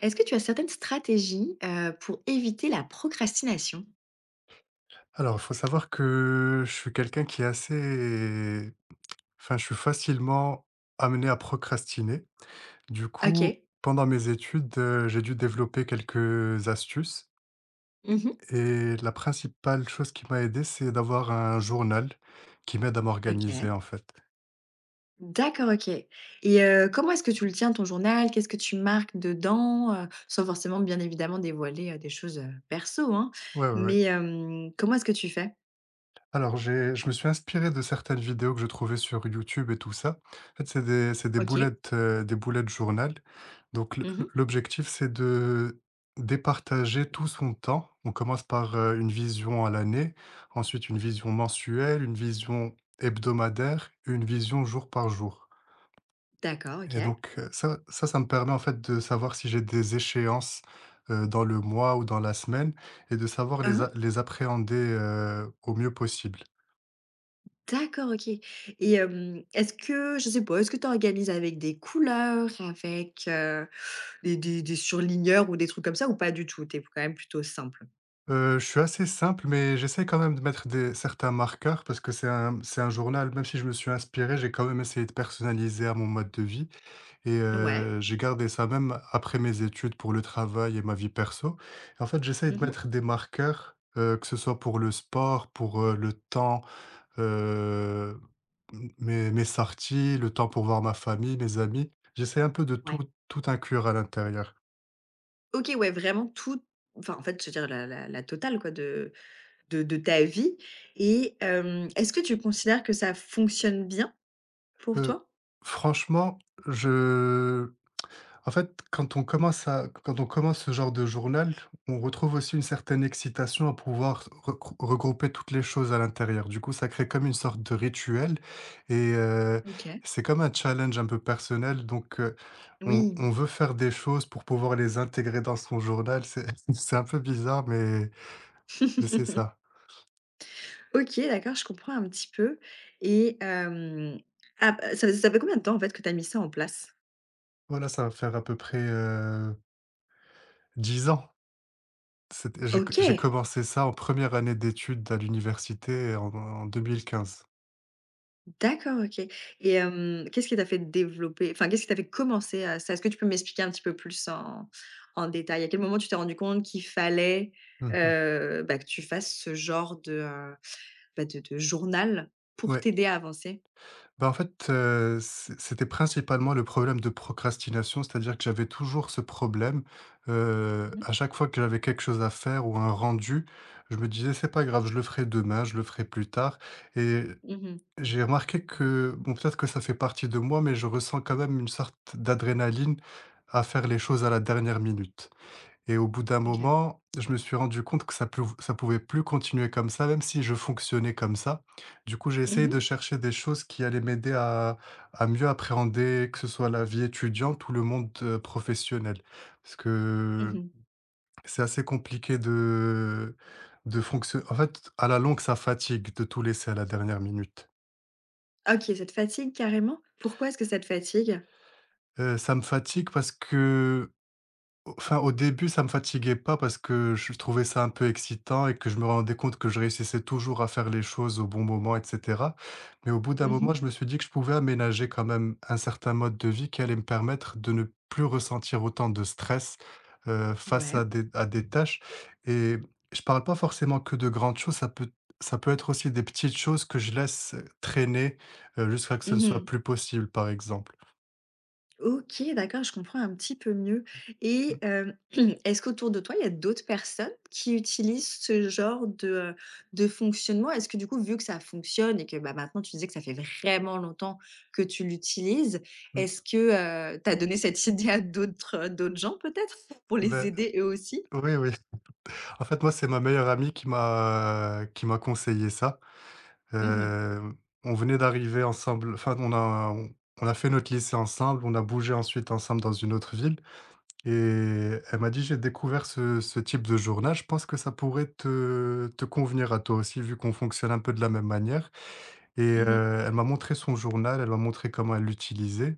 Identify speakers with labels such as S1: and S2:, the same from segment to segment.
S1: Est-ce que tu as certaines stratégies, pour éviter la procrastination?
S2: Alors, il faut savoir que je suis quelqu'un qui est assez enfin, je suis facilement amené à procrastiner. Du coup,
S1: OK.
S2: pendant mes études, j'ai dû développer quelques astuces
S1: Mmh.
S2: et la principale chose qui m'a aidé, c'est d'avoir un journal qui m'aide à m'organiser,
S1: OK.
S2: en fait.
S1: D'accord, OK et comment est-ce que tu le tiens ton journal? Qu'est-ce que tu marques dedans? Sans forcément bien évidemment dévoiler, des choses, perso, hein,
S2: Ouais, ouais, ouais.
S1: mais comment est-ce que tu fais?
S2: Alors j'ai je me suis inspiré de certaines vidéos que je trouvais sur YouTube et tout ça. En fait, c'est des
S1: OK.
S2: boulettes, des boulettes journal. Donc le
S1: Mmh.
S2: l'objectif, c'est de départager tout son temps. On commence par, une vision à l'année, ensuite une vision mensuelle, une vision hebdomadaire et une vision jour par jour,
S1: D'accord, OK.
S2: et donc ça me permet en fait de savoir si j'ai des échéances, dans le mois ou dans la semaine, et de savoir les a
S1: Mmh.
S2: les appréhender, au mieux possible.
S1: D'accord, OK et est-ce que je sais pas, est-ce que tu organises avec des couleurs, avec, des surligneurs ou des trucs comme ça ou pas du tout? T'es quand même plutôt simple?
S2: Je suis assez simple, mais j'essaie quand même de mettre des certains marqueurs parce que c'est un journal. Même si je me suis inspiré, j'ai quand même essayé de personnaliser à mon mode de vie, et
S1: Ouais.
S2: j'ai gardé ça même après mes études pour le travail et ma vie perso. En fait, j'essaie de
S1: Mmh.
S2: mettre des marqueurs, que ce soit pour le sport, pour, le temps, heu, m mes mes sorties, le temps pour voir ma famille, mes amis. J'essaie un peu de tout
S1: Ouais.
S2: tout inclure à l'intérieur.
S1: OK, ouais, vraiment tout enfin, en fait, je veux dire la totale quoi de de ta vie et est-ce que tu considères que ça fonctionne bien pour
S2: Heu,
S1: toi?
S2: franchement, je en fait, quand on commence ce genre de journal, on retrouve aussi une certaine excitation à pouvoir regrouper toutes les choses à l'intérieur. Du coup, ça crée comme une sorte de rituel, et
S1: OK.
S2: c'est comme un challenge un peu personnel. Donc on
S1: Oui.
S2: on veut faire des choses pour pouvoir les intégrer dans son journal. C'est c'est un peu bizarre, mais c'est ça.
S1: OK, d'accord, je comprends un petit peu et ah, bah, ça fait combien de temps, en fait, que tu as mis ça en place?
S2: Voilà, ça va faire à peu près, 10 ans. C'était j'ai
S1: OK!
S2: commencé ça en première année d'études à l'université en 2015.
S1: D'accord, OK. Et qu'est-ce qui t'a fait développer enfin, qu'est-ce qui t'a fait commencer à ça? Est-ce que tu peux m'expliquer un petit peu plus en détail? À quel moment tu t'es rendu compte qu'il fallait,
S2: Mmh mh.
S1: bah, que tu fasses ce genre de, bah, de journal pour
S2: Ouais.
S1: t'aider à avancer?
S2: Bah, en fait, c'était principalement le problème de procrastination, c'est-à-dire que j'avais toujours ce problème,
S1: Mmh mh.
S2: à chaque fois que j'avais quelque chose à faire ou un rendu, je me disais: «C'est pas grave, je le ferai demain, je le ferai plus tard», et
S1: Mmh.
S2: j'ai remarqué que, bon, peut-être que ça fait partie de moi, mais je ressens quand même une sorte d'adrénaline à faire les choses à la dernière minute. Et au bout d'un
S1: OK.
S2: moment, je me suis rendu compte que ça pouvait plus continuer comme ça, même si je fonctionnais comme ça. Du coup, j'ai
S1: Mmh
S2: essayé
S1: mh.
S2: de chercher des choses qui allaient m'aider à mieux appréhender, que ce soit la vie étudiante ou le monde, professionnel. Parce que
S1: Mmh.
S2: c'est assez compliqué de fonctionner. En fait, à la longue, ça fatigue de tout laisser à la dernière minute.
S1: OK, ça te fatigue carrément? Pourquoi est-ce que ça te fatigue?
S2: Ça me fatigue parce que Enfin, au début, ça me fatiguait pas parce que je trouvais ça un peu excitant et que je me rendais compte que je réussissais toujours à faire les choses au bon moment, et cetera. Mais au bout d'un moment,
S1: Mmh.
S2: je me suis dit que je pouvais aménager quand même un certain mode de vie qui allait me permettre de ne plus ressentir autant de stress, face
S1: Ouais.
S2: à des tâches, et je parle pas forcément que de grandes choses, ça peut être aussi des petites choses que je laisse traîner, jusqu'à ce que ce ne soit
S1: Mmh.
S2: plus possible, par exemple.
S1: OK, d'accord, je comprends un petit peu mieux et est-ce qu'autour de toi, il y a d'autres personnes qui utilisent ce genre de fonctionnement? Est-ce que du coup, vu que ça fonctionne et que, bah, maintenant tu disais que ça fait vraiment longtemps que tu l'utilises,
S2: Mmh
S1: est-ce
S2: mh.
S1: que, tu as donné cette idée à d'autres, d'autres gens peut-être pour les
S2: Beh,
S1: aider eux aussi?
S2: oui, oui. En fait, moi, c'est ma meilleure amie qui m'a conseillé ça.
S1: Mmh mh.
S2: Hem, on venait d'arriver ensemble, enfin, on a fait notre lycée ensemble, on a bougé ensuite ensemble dans une autre ville, et elle m'a dit: «J'ai découvert ce type de journal, je pense que ça pourrait te convenir à toi aussi vu qu'on fonctionne un peu de la même manière», et
S1: Mmh.
S2: elle m'a montré son journal, elle m'a montré comment elle l'utilisait,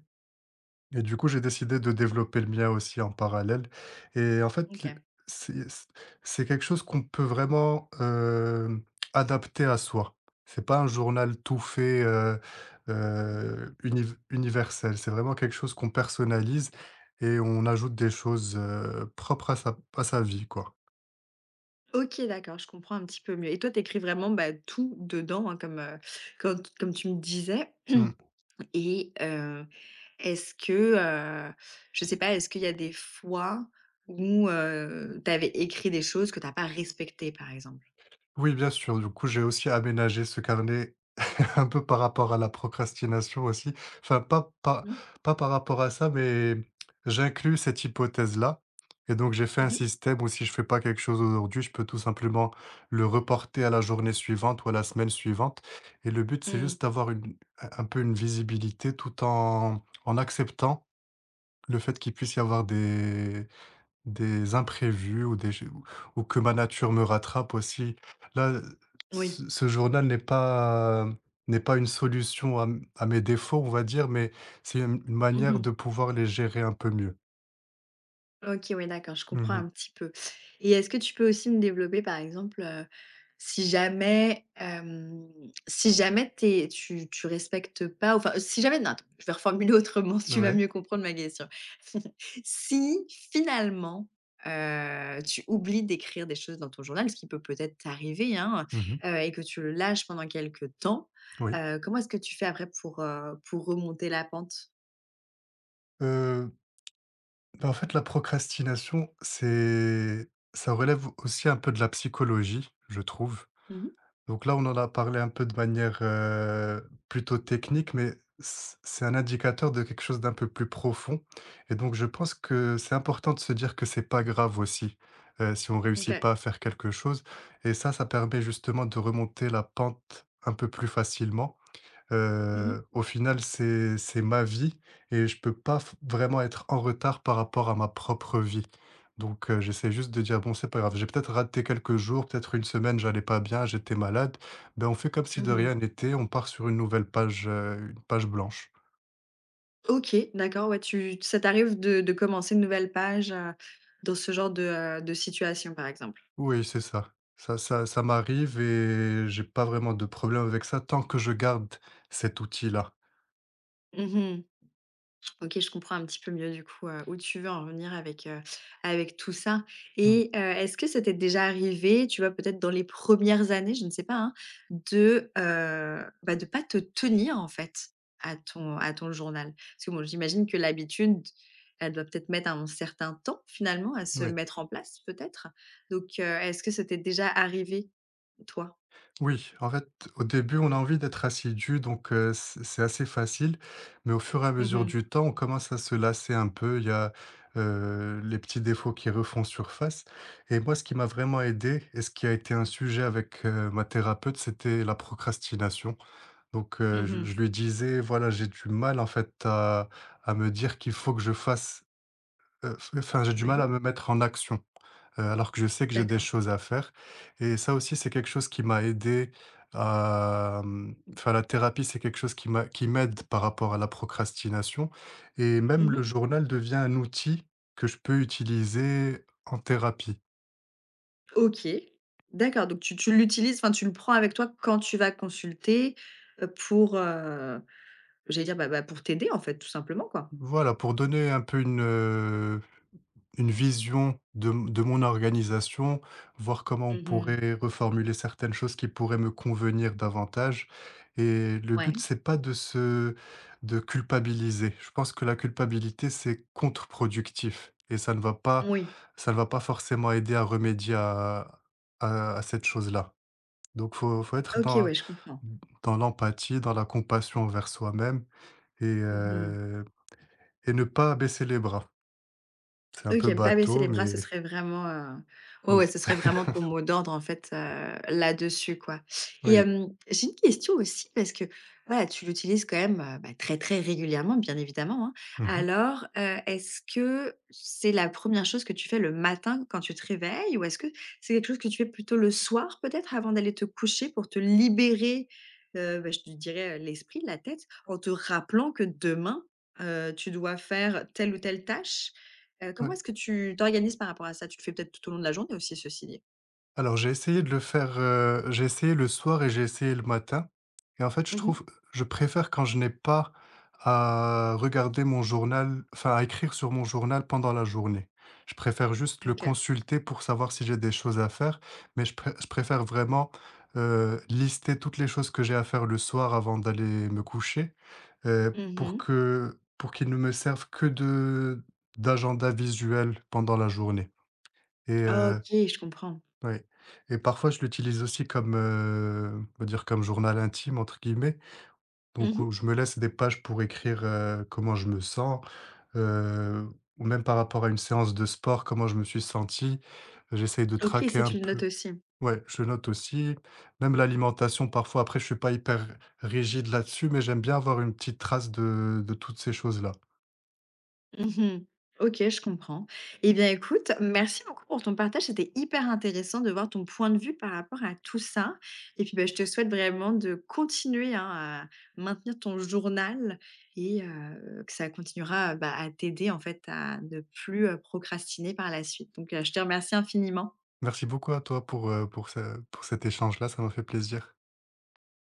S2: et du coup, j'ai décidé de développer le mien aussi en parallèle. Et en fait, les
S1: OK.
S2: c'est c c'est quelque chose qu'on peut vraiment, adapter à soi. C'est pas un journal tout fait, universel. C'est vraiment quelque chose qu'on personnalise et on ajoute des choses, propres à sa vie, quoi.
S1: OK, d'accord, je comprends un petit peu mieux et toi, tu écris vraiment, bah, tout dedans, hein, comme, comme tu me disais.
S2: Mmh.
S1: Et est-ce que, heu, je sais pas, est-ce qu'il y a des fois où, tu avais écrit des choses que tu as pas respectées, par exemple?
S2: Oui, bien sûr, du coup, j'ai aussi aménagé ce carnet un peu par rapport à la procrastination aussi. Enfin, pas pas
S1: Mmh.
S2: pas par rapport à ça, mais j'inclus cette hypothèse-là, et donc j'ai fait un
S1: Mmh mh.
S2: système où si je fais pas quelque chose aujourd'hui, je peux tout simplement le reporter à la journée suivante ou à la semaine suivante, et le but, c'est
S1: Mmh.
S2: juste d'avoir une un peu une visibilité, tout en acceptant le fait qu'il puisse y avoir des imprévus ou que ma nature me rattrape aussi. Là,
S1: Oui.
S2: ce journal n'est pas une solution à m à mes défauts, on va dire, mais c'est une manière
S1: Mmh.
S2: de pouvoir les gérer un peu mieux.
S1: OK, ouais, d'accord, je comprends
S2: Mmh.
S1: un petit peu et est-ce que tu peux aussi me développer, par exemple, si jamais, si jamais tu respectes pas enfin, si jamais non, attends, je vais reformuler autrement, tu vas
S2: Ouais.
S1: mieux comprendre ma question. Si finalement, tu oublies d'écrire des choses dans ton journal, ce qui peut-être t'arriver, hein,
S2: Mmh.
S1: et que tu le lâches pendant quelque temps,
S2: Oui.
S1: comment est-ce que tu fais après pour remonter la pente?
S2: Heu, Bah, en fait, la procrastination, c'est ça relève aussi un peu de la psychologie, je trouve.
S1: Mmh.
S2: Donc là, on en a parlé un peu de manière, plutôt technique, mais c'est un indicateur de quelque chose d'un peu plus profond, et donc je pense que c'est important de se dire que c'est pas grave aussi, si on réussit
S1: OK.
S2: pas à faire quelque chose, et ça permet justement de remonter la pente un peu plus facilement.
S1: Mmh mh.
S2: Au final, c'est ma vie, et je peux pas f vraiment être en retard par rapport à ma propre vie. Donc j'essaie juste de dire: «Bon, c'est pas grave, j'ai peut-être raté quelques jours, peut-être une semaine, j'allais pas bien, j'étais malade. Ben on fait comme si de
S1: Mmh.
S2: rien n'était, on part sur une nouvelle page, une page blanche».
S1: OK, d'accord, ouais, tu ça t'arrive de commencer une nouvelle page, dans ce genre de situation, par exemple?
S2: Oui, c'est ça. Ça m'arrive et j'ai pas vraiment de problème avec ça tant que je garde cet outil-là.
S1: Mmh. OK, je comprends un petit peu mieux, du coup, où tu veux en venir avec, avec tout ça
S2: Mmh,
S1: et est-ce que ça t'est déjà arrivé, tu vois, peut-être dans les premières années, je ne sais pas, hein, de, bah, de pas te tenir, en fait, à ton journal? Parce que bon, j'imagine que l'habitude, elle doit peut-être mettre un certain temps, finalement, à se
S2: oui.
S1: mettre en place, peut-être? Donc est-ce que ça t'est déjà arrivé? Toi?
S2: Oui, en fait, au début, on a envie d'être assidu, donc c'est assez facile. Mais au fur et à
S1: Mmh
S2: mesure
S1: mh.
S2: du temps, on commence à se lasser un peu. Il y a, les petits défauts qui refont surface. Et moi, ce qui m'a vraiment aidé et ce qui a été un sujet avec, ma thérapeute, c'était la procrastination. Donc je
S1: Mmh.
S2: je lui disais: «Voilà, j'ai du mal en fait à me dire qu'il faut que je fasse, f enfin, j'ai du mal
S1: Ouais.
S2: à me mettre en action», alors que je sais que j'ai des
S1: D'accord.
S2: choses à faire, et ça aussi, c'est quelque chose qui m'a aidé à, enfin, la thérapie, c'est quelque chose qui m'aide par rapport à la procrastination, et même le
S1: Mmh.
S2: journal devient un outil que je peux utiliser en thérapie.
S1: OK. D'accord, donc tu l'utilises, enfin, tu le prends avec toi quand tu vas consulter, pour, j'allais dire, bah, pour t'aider, en fait, tout simplement, quoi?
S2: Voilà, pour donner un peu une vision de mon organisation, voir comment on
S1: Mmh.
S2: pourrait reformuler certaines choses qui pourraient me convenir davantage, et le but,
S1: Ouais.
S2: c'est pas de se de culpabiliser. Je pense que la culpabilité, c'est contre-productif et ça ne va pas
S1: Oui.
S2: ça ne va pas forcément aider à remédier à cette chose-là. Donc faut être
S1: OK,
S2: dans
S1: ouais, je comprends.
S2: dans l'empathie, dans la compassion envers soi-même, et
S1: Mmh.
S2: heu et ne pas baisser les bras. C'est un peu
S1: OK, pas baisser
S2: bateau,
S1: les bras, ce
S2: mais
S1: serait vraiment, ouais, ouais,
S2: mmh.
S1: ce serait vraiment ton mot d'ordre, en fait, là-dessus, quoi et
S2: Oui.
S1: j'ai une question aussi parce que, voilà, tu l'utilises quand même, bah, très, très régulièrement, bien évidemment, hein.
S2: Mmh.
S1: Alors, est-ce que c'est la première chose que tu fais le matin quand tu te réveilles ou est-ce que c'est quelque chose que tu fais plutôt le soir, peut-être, avant d'aller te coucher pour te libérer, bah, je te dirais, l'esprit, la tête, en te rappelant que demain, tu dois faire telle ou telle tâche? Comment
S2: Ouais.
S1: est-ce que tu t'organises par rapport à ça? Tu le fais peut-être tout au long de la journée aussi, ceci dit?
S2: Alors j'ai essayé de le faire, j'ai essayé le soir et j'ai essayé le matin, et en fait, je
S1: Mmh mh.
S2: trouve je préfère quand je n'ai pas à regarder mon journal, enfin à écrire sur mon journal pendant la journée. Je préfère juste le
S1: OK.
S2: consulter pour savoir si j'ai des choses à faire, mais je préfère vraiment, lister toutes les choses que j'ai à faire le soir avant d'aller me coucher, pour
S1: Mmh.
S2: que pour qu'ils ne me servent que de d'agenda visuel pendant la journée, et
S1: Ah,
S2: heu
S1: OK, je comprends.
S2: Oui et parfois je l'utilise aussi comme, on va dire comme «journal intime» entre guillemets,
S1: Mmh
S2: donc où
S1: mh.
S2: je me laisse des pages pour écrire, comment je me sens, heu, ou même par rapport à une séance de sport, comment je me suis senti. J'essaye de
S1: OK,
S2: traquer
S1: ça,
S2: un
S1: tu le notes
S2: peu.
S1: aussi?
S2: Ouais, je note aussi, même l'alimentation parfois. Après je suis pas hyper rigide là-dessus, mais j'aime bien avoir une petite trace de toutes ces choses-là.
S1: Mmh mh. OK, je comprends. Eh bien, écoute, merci beaucoup pour ton partage. C'était hyper intéressant de voir ton point de vue par rapport à tout ça et puis, bah, je te souhaite vraiment de continuer, hein, à maintenir ton journal et que ça continuera, bah, à t'aider, en fait, à ne plus, procrastiner par la suite. Donc je te remercie infiniment.
S2: Merci beaucoup à toi pour ce pour cet échange-là, ça m'a fait plaisir.